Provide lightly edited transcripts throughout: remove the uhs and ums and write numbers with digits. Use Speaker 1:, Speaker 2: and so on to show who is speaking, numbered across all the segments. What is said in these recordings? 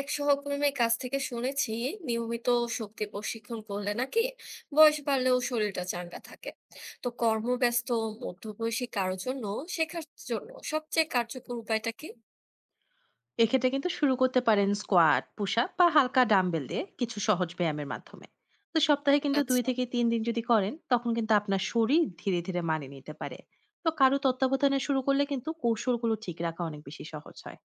Speaker 1: এক সহকর্মীর কাছ থেকে শুনেছি নিয়মিত শক্তি প্রশিক্ষণ করলে নাকি বয়স বাড়লেও শরীরটা চাঙ্গা থাকে। তো কর্মব্যস্ত মধ্যবয়সী কারো জন্য শেখার জন্য সবচেয়ে কার্যকর উপায়টা কি?
Speaker 2: এক্ষেত্রে কিন্তু শুরু করতে পারেন স্কোয়াট, পুশ আপ বা হালকা ডাম্বেল দিয়ে কিছু সহজ ব্যায়ামের মাধ্যমে। তো সপ্তাহে কিন্তু দুই
Speaker 1: আচ্ছা।
Speaker 2: থেকে তিন দিন যদি করেন, তখন কিন্তু আপনার শরীর ধীরে ধীরে মানিয়ে নিতে পারে। তো কারো তত্ত্বাবধানে শুরু করলে কিন্তু কৌশলগুলো ঠিক রাখা অনেক বেশি সহজ হয়।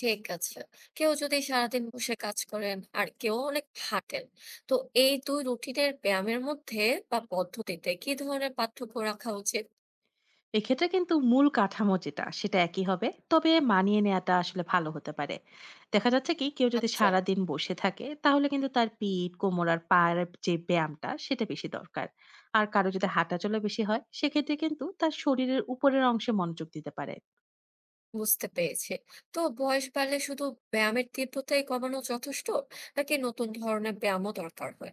Speaker 1: ঠিক আছে। কেউ যদি সারাদিন বসে কাজ করেন আর কেউ অনেক হাঁটেন, তো এই দুই রুটিনের ব্যায়ামের মধ্যে বা পদ্ধতিতে কি ধরনের পার্থক্য রাখা উচিত?
Speaker 2: এক্ষেত্রে কিন্তু মূল কাঠামো যেটা সেটা একই হবে, তবে মানিয়ে নেওয়াটা আসলে ভালো হতে পারে। দেখা যাচ্ছে কি, কেউ যদি
Speaker 1: আচ্ছা।
Speaker 2: সারাদিন বসে থাকে, তাহলে কিন্তু তার পিঠ, কোমর আর পায়ের যে ব্যায়ামটা, সেটা বেশি দরকার। আর কারো যদি হাঁটা চলা বেশি হয়, সেক্ষেত্রে কিন্তু তার শরীরের উপরের অংশে মনোযোগ দিতে পারে।
Speaker 1: বুঝতে পেরেছি। তো বয়স বাড়লে শুধু ব্যায়ামের তীব্রতাই কমানো যথেষ্ট? নাকি নতুন ধরনের ব্যায়ামও দরকার হয়?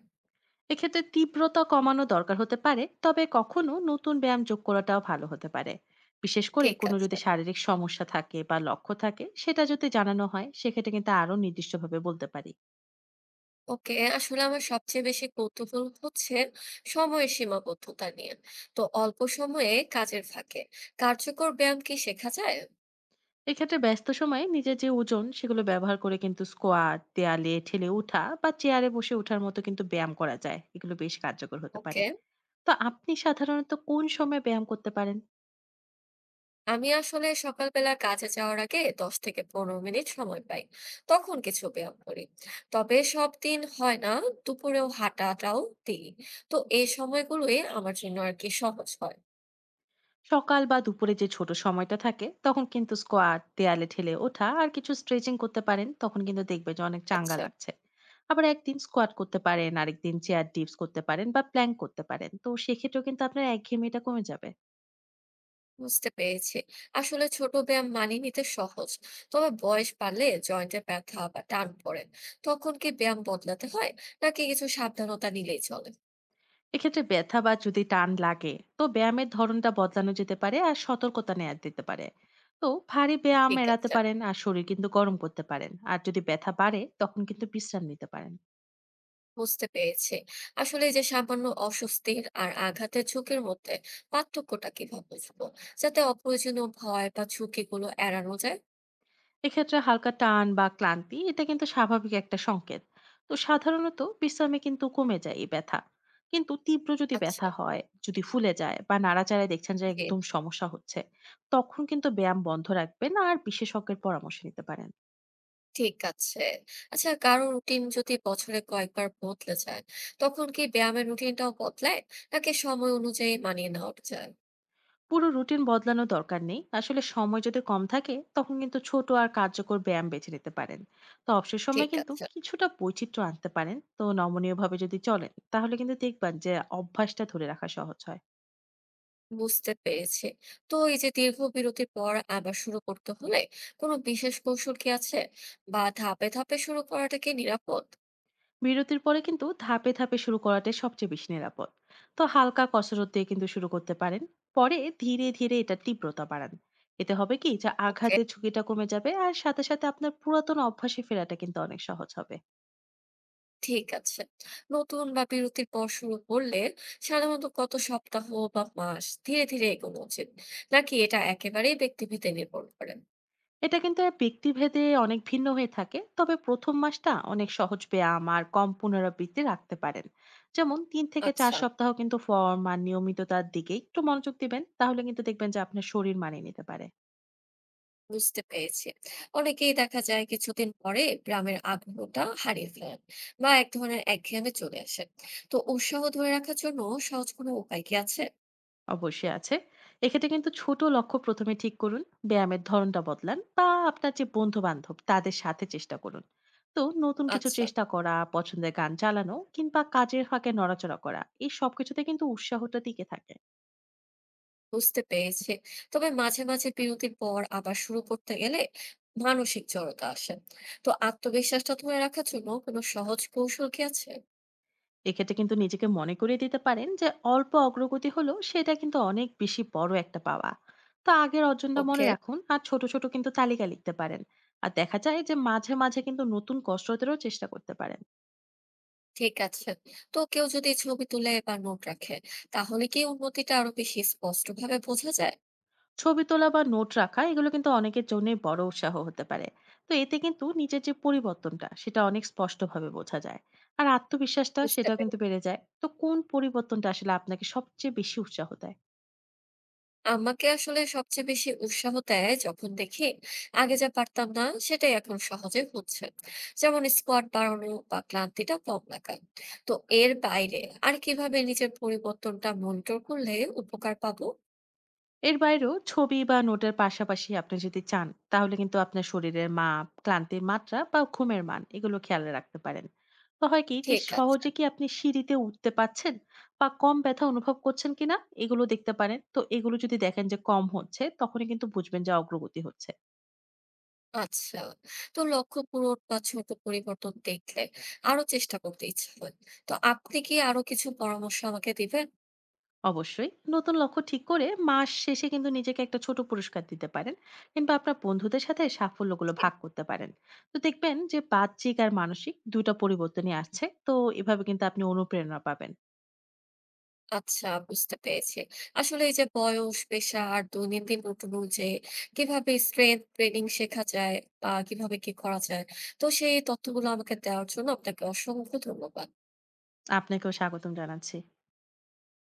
Speaker 2: এক্ষেত্রে তীব্রতা কমানো দরকার হতে পারে, তবে কখনো নতুন ব্যায়াম যোগ করাটাও ভালো হতে পারে। বিশেষ করে
Speaker 1: ঠিক
Speaker 2: কোনো
Speaker 1: আছে।
Speaker 2: যদি শারীরিক সমস্যা থাকে বা লক্ষ্য থাকে, সেটা যদি জানানো হয়, সেক্ষেত্রে কিন্তু আরো নির্দিষ্টভাবে বলতে পারি।
Speaker 1: ওকে, আসলে আমার সবচেয়ে বেশি কৌতূহল হচ্ছে সময়ের সীমাবদ্ধতা নিয়ে। তো অল্প সময়ে কাজের ফাঁকে কার্যকর ব্যায়াম কি শেখা যায়?
Speaker 2: এক্ষেত্রে ব্যস্ত সময়ে নিজের যে ওজন, সেগুলো ব্যবহার করে কিন্তু স্কোয়াট, দেয়ালে ঠেলে ওঠা বা চেয়ারে বসে ওঠার মতো কিন্তু ব্যায়াম করা যায়, এগুলো বেশ কার্যকর হতে পারে।
Speaker 1: ওকে।
Speaker 2: তো আপনি সাধারণত কোন সময় ব্যায়াম করতে পারেন?
Speaker 1: আমি আসলে সকালবেলা কাজে যাওয়ার আগে 10 থেকে 15 মিনিট সময় পাই, তখন কিছু ব্যায়াম করি, তবে সব দিন হয় না। দুপুরেও হাঁটাটাও দিই। তো এই সময়গুলোই আমার জন্য আর কি সহজ হয়।
Speaker 2: সকাল বা দুপুরে যে ছোট সময়টা থাকে, তখন কিন্তু স্কোয়াট, দেয়ালে ঠেলে ওঠা আর কিছু স্ট্রেচিং করতে পারেন, তখন কিন্তু দেখবে যে অনেক চাঙ্গা
Speaker 1: আচ্ছা।
Speaker 2: লাগছে। আবার একদিন স্কোয়াট করতে পারেন, আরেকদিন চেয়ার ডিপস করতে পারেন বা প্ল্যাঙ্ক করতে পারেন, তো সেক্ষেত্রেও কিন্তু আপনার একঘেয়েমিটা কমে যাবে।
Speaker 1: বুঝতে পেরেছি। আসলে ছোট ব্যায়াম মানিয়ে নিতে সহজ, তবে বয়স বাড়লে জয়েন্টে ব্যথা বা টান পড়ে। তখন কি ব্যায়াম বদলাতে হয়, নাকি কিছু সাবধানতা নিলেই চলে?
Speaker 2: এক্ষেত্রে ব্যথা বা যদি টান লাগে, তো ব্যায়ামের ধরনটা বদলানো যেতে পারে আর সতর্কতা নেওয়া যেতে পারে। তো ভারী ব্যায়াম
Speaker 1: ঠিক
Speaker 2: এড়াতে
Speaker 1: আছে।
Speaker 2: পারেন আর শরীর কিন্তু গরম করতে পারেন, আর যদি ব্যথা বাড়ে, তখন কিন্তু বিশ্রাম নিতে পারেন।
Speaker 1: বুঝতে পেরেছি। আসলে এই যে সামান্য অস্বস্তির আর আঘাতের ঝুঁকির মধ্যে পার্থক্যটা কিভাবে বুঝবো? যাতে অপ্রয়োজনীয় ভয় বা ঝুঁকিগুলো এড়ানো যায়।
Speaker 2: এক্ষেত্রে হালকা টান বা ক্লান্তি, এটা কিন্তু স্বাভাবিক একটা সংকেত। তো সাধারণত বিশ্রামে কিন্তু কমে যায় এই ব্যথা। কিন্তু তীব্র যদি
Speaker 1: আচ্ছা,
Speaker 2: ব্যথা হয়, যদি ফুলে যায় বা নাড়াচাড়ায় দেখছেন যে
Speaker 1: জি,
Speaker 2: একদম সমস্যা হচ্ছে, তখন কিন্তু ব্যায়াম বন্ধ রাখবেন আর বিশেষজ্ঞের পরামর্শ নিতে পারেন।
Speaker 1: ঠিক আছে। আচ্ছা, কারো রুটিন যদি বছরে কয়েকবার বদলে যায়, তখন কি ব্যায়ামের রুটিনটাও বদলায়? নাকি সময় অনুযায়ী মানিয়ে নেওয়া যায়?
Speaker 2: পুরো রুটিন বদলানোর দরকার নেই, আসলে সময় যদি কম থাকে, তখন কিন্তু ছোট আর কার্যকর ব্যায়াম বেছে নিতে পারেন। তো অবসর সময়
Speaker 1: ঠিক
Speaker 2: কিন্তু
Speaker 1: আছে,
Speaker 2: কিছুটা বৈচিত্র্য আনতে পারেন, তো নমনীয় ভাবে যদি চলেন, তাহলে কিন্তু দেখবেন যে অভ্যাসটা ধরে রাখা সহজ হয়।
Speaker 1: বুঝতে পেরেছি। তো এই যে দীর্ঘ বিরতির পর আবার শুরু করতে হলে কোনো বিশেষ কৌশল কি আছে? বা ধাপে, ধাপে শুরু করাটা কি নিরাপদ?
Speaker 2: বিরতির পরে কিন্তু ধাপে ধাপে শুরু করাটাই সবচেয়ে বেশি নিরাপদ। তো হালকা কসরত দিয়ে কিন্তু শুরু করতে পারেন, পরে ধীরে ধীরে এটা তীব্রতা বাড়ান। এতে হবে কি যে
Speaker 1: ওকে।
Speaker 2: আঘাতের ঝুঁকিটা কমে যাবে, আর সাথে সাথে আপনার পুরাতন অভ্যাসে ফেরাটা কিন্তু অনেক সহজ হবে।
Speaker 1: ঠিক আছে। নতুন বা বিরতির পর শুরু করলে সাধারণত কত সপ্তাহ বা মাস ধীরে ধীরে এগোনো উচিত? নাকি এটা একেবারেই ব্যক্তিভেদে নির্ভর করে?
Speaker 2: এটা কিন্তু ব্যক্তিভেদে অনেক ভিন্ন হয়ে থাকে, তবে প্রথম মাসটা অনেক সহজ ব্যায়াম আর কম পুনরাবৃত্তি রাখতে পারেন। যেমন তিন থেকে চার
Speaker 1: আচ্ছা,
Speaker 2: সপ্তাহ কিন্তু ফর্ম আর নিয়মিততার দিকে একটু মনোযোগ দিবেন, তাহলে কিন্তু দেখবেন যে আপনার শরীর মানিয়ে নিতে পারে।
Speaker 1: বুঝতে পেরেছি। অনেকেই দেখা যায় কিছুদিন পরে গ্রামের আগ্রহটা হারিয়ে ফেলেন বা এক ধরনের একঘেয়েমি চলে আসে। তো উৎসাহ ধরে রাখার জন্য সহজ কোনো উপায় কি আছে?
Speaker 2: অবশ্যই আছে। এক্ষেত্রে কিন্তু ছোট লক্ষ্য প্রথমে ঠিক করুন, ব্যায়ামের ধরনটা বদলান বা আপনার যে বন্ধু বান্ধব তাদের সাথে চেষ্টা করুন। তো নতুন কিছু
Speaker 1: আচ্ছা।
Speaker 2: চেষ্টা করা, পছন্দের গান চালানো কিংবা কাজের ফাঁকে নড়াচড়া করা, এই সবকিছুতে কিন্তু উৎসাহটা টিকে থাকে।
Speaker 1: বুঝতে পেরেছি। তবে মাঝে, মাঝে বিরতির পর আবার শুরু করতে গেলে মানসিক জড়তা আসে। তো আত্মবিশ্বাসটা ধরে রাখার জন্য কোনো সহজ কৌশল কি আছে?
Speaker 2: এক্ষেত্রে কিন্তু নিজেকে মনে করিয়ে দিতে পারেন যে অল্প অগ্রগতি হলো সেটা কিন্তু অনেক বেশি বড় একটা পাওয়া। তো আগের অর্জনটা মনে
Speaker 1: ওকে,
Speaker 2: রাখুন আর ছোট ছোট কিন্তু তালিকা লিখতে পারেন। আর দেখা যায় যে মাঝে মাঝে কিন্তু নতুন কসরতেরও চেষ্টা করতে পারেন।
Speaker 1: ঠিক আছে। তো কেউ যদি ছবি তুলে বা নোট রাখে, তাহলে কি উন্নতিটা আরো বেশি স্পষ্টভাবে বোঝা যায়?
Speaker 2: ছবি তোলা বা নোট রাখা, এগুলো কিন্তু অনেকের জন্যই বড় উৎসাহ হতে পারে। তো এতে কিন্তু নিজের যে পরিবর্তনটা, সেটা অনেক স্পষ্টভাবে বোঝা যায়। আর আত্মবিশ্বাসটা
Speaker 1: বুঝতে
Speaker 2: সেটাও কিন্তু বেড়ে যায়। তো কোন পরিবর্তনটা আসলে আপনাকে সবচেয়ে বেশি উৎসাহ দেয়?
Speaker 1: আমাকে আসলে সবচেয়ে বেশি উৎসাহ দেয় যখন দেখি আগে যা পারতাম না সেটাই এখন সহজে হচ্ছে, যেমন স্কোয়াড বাড়ানো বা ক্লান্তিটা কম লাগা। তো এর বাইরে আর কিভাবে নিজের পরিবর্তনটা মনিটর করলে উপকার পাবো?
Speaker 2: এর বাইরেও ছবি বা নোটের পাশাপাশি আপনি যদি চান, তাহলে কিন্তু আপনার শরীরের মাপ, ক্লান্তির মাত্রা বা ঘুমের মান, এগুলো খেয়াল রাখতে পারেন। তো হয় কি যে
Speaker 1: ঠিক আছে।
Speaker 2: সহজে কি আপনি সিঁড়িতে উঠতে পারছেন বা কম ব্যথা অনুভব করছেন কিনা, এগুলো দেখতে পারেন। তো এগুলো যদি দেখেন যে কম হচ্ছে, তখনই কিন্তু বুঝবেন যে অগ্রগতি হচ্ছে।
Speaker 1: আচ্ছা, তো লক্ষ্য পূরণ বা ছোট পরিবর্তন দেখলে আরো চেষ্টা করতে ইচ্ছা হয়। তো আপনি কি আরো কিছু পরামর্শ আমাকে দিবেন?
Speaker 2: অবশ্যই নতুন লক্ষ্য ঠিক করে মাস শেষে কিন্তু নিজেকে একটা ছোট পুরস্কার দিতে পারেন, কিংবা আপনার বন্ধুদের সাথে সাফল্যগুলো ভাগ করতে পারেন। তো দেখবেন যে বাহ্যিক আর মানসিক দুটো পরিবর্তনই আসছে, তো এভাবে কিন্তু আপনি অনুপ্রেরণা পাবেন।
Speaker 1: আচ্ছা, বুঝতে পেরেছি। আসলে এই যে বয়স, পেশা আর দৈনন্দিন রুটিন অনুযায়ী কিভাবে স্ট্রেংথ ট্রেনিং শেখা যায় বা কিভাবে কি করা যায়, তো সেই তথ্যগুলো আমাকে দেওয়ার জন্য আপনাকে অসংখ্য ধন্যবাদ।
Speaker 2: আপনাকেও স্বাগতম জানাচ্ছি।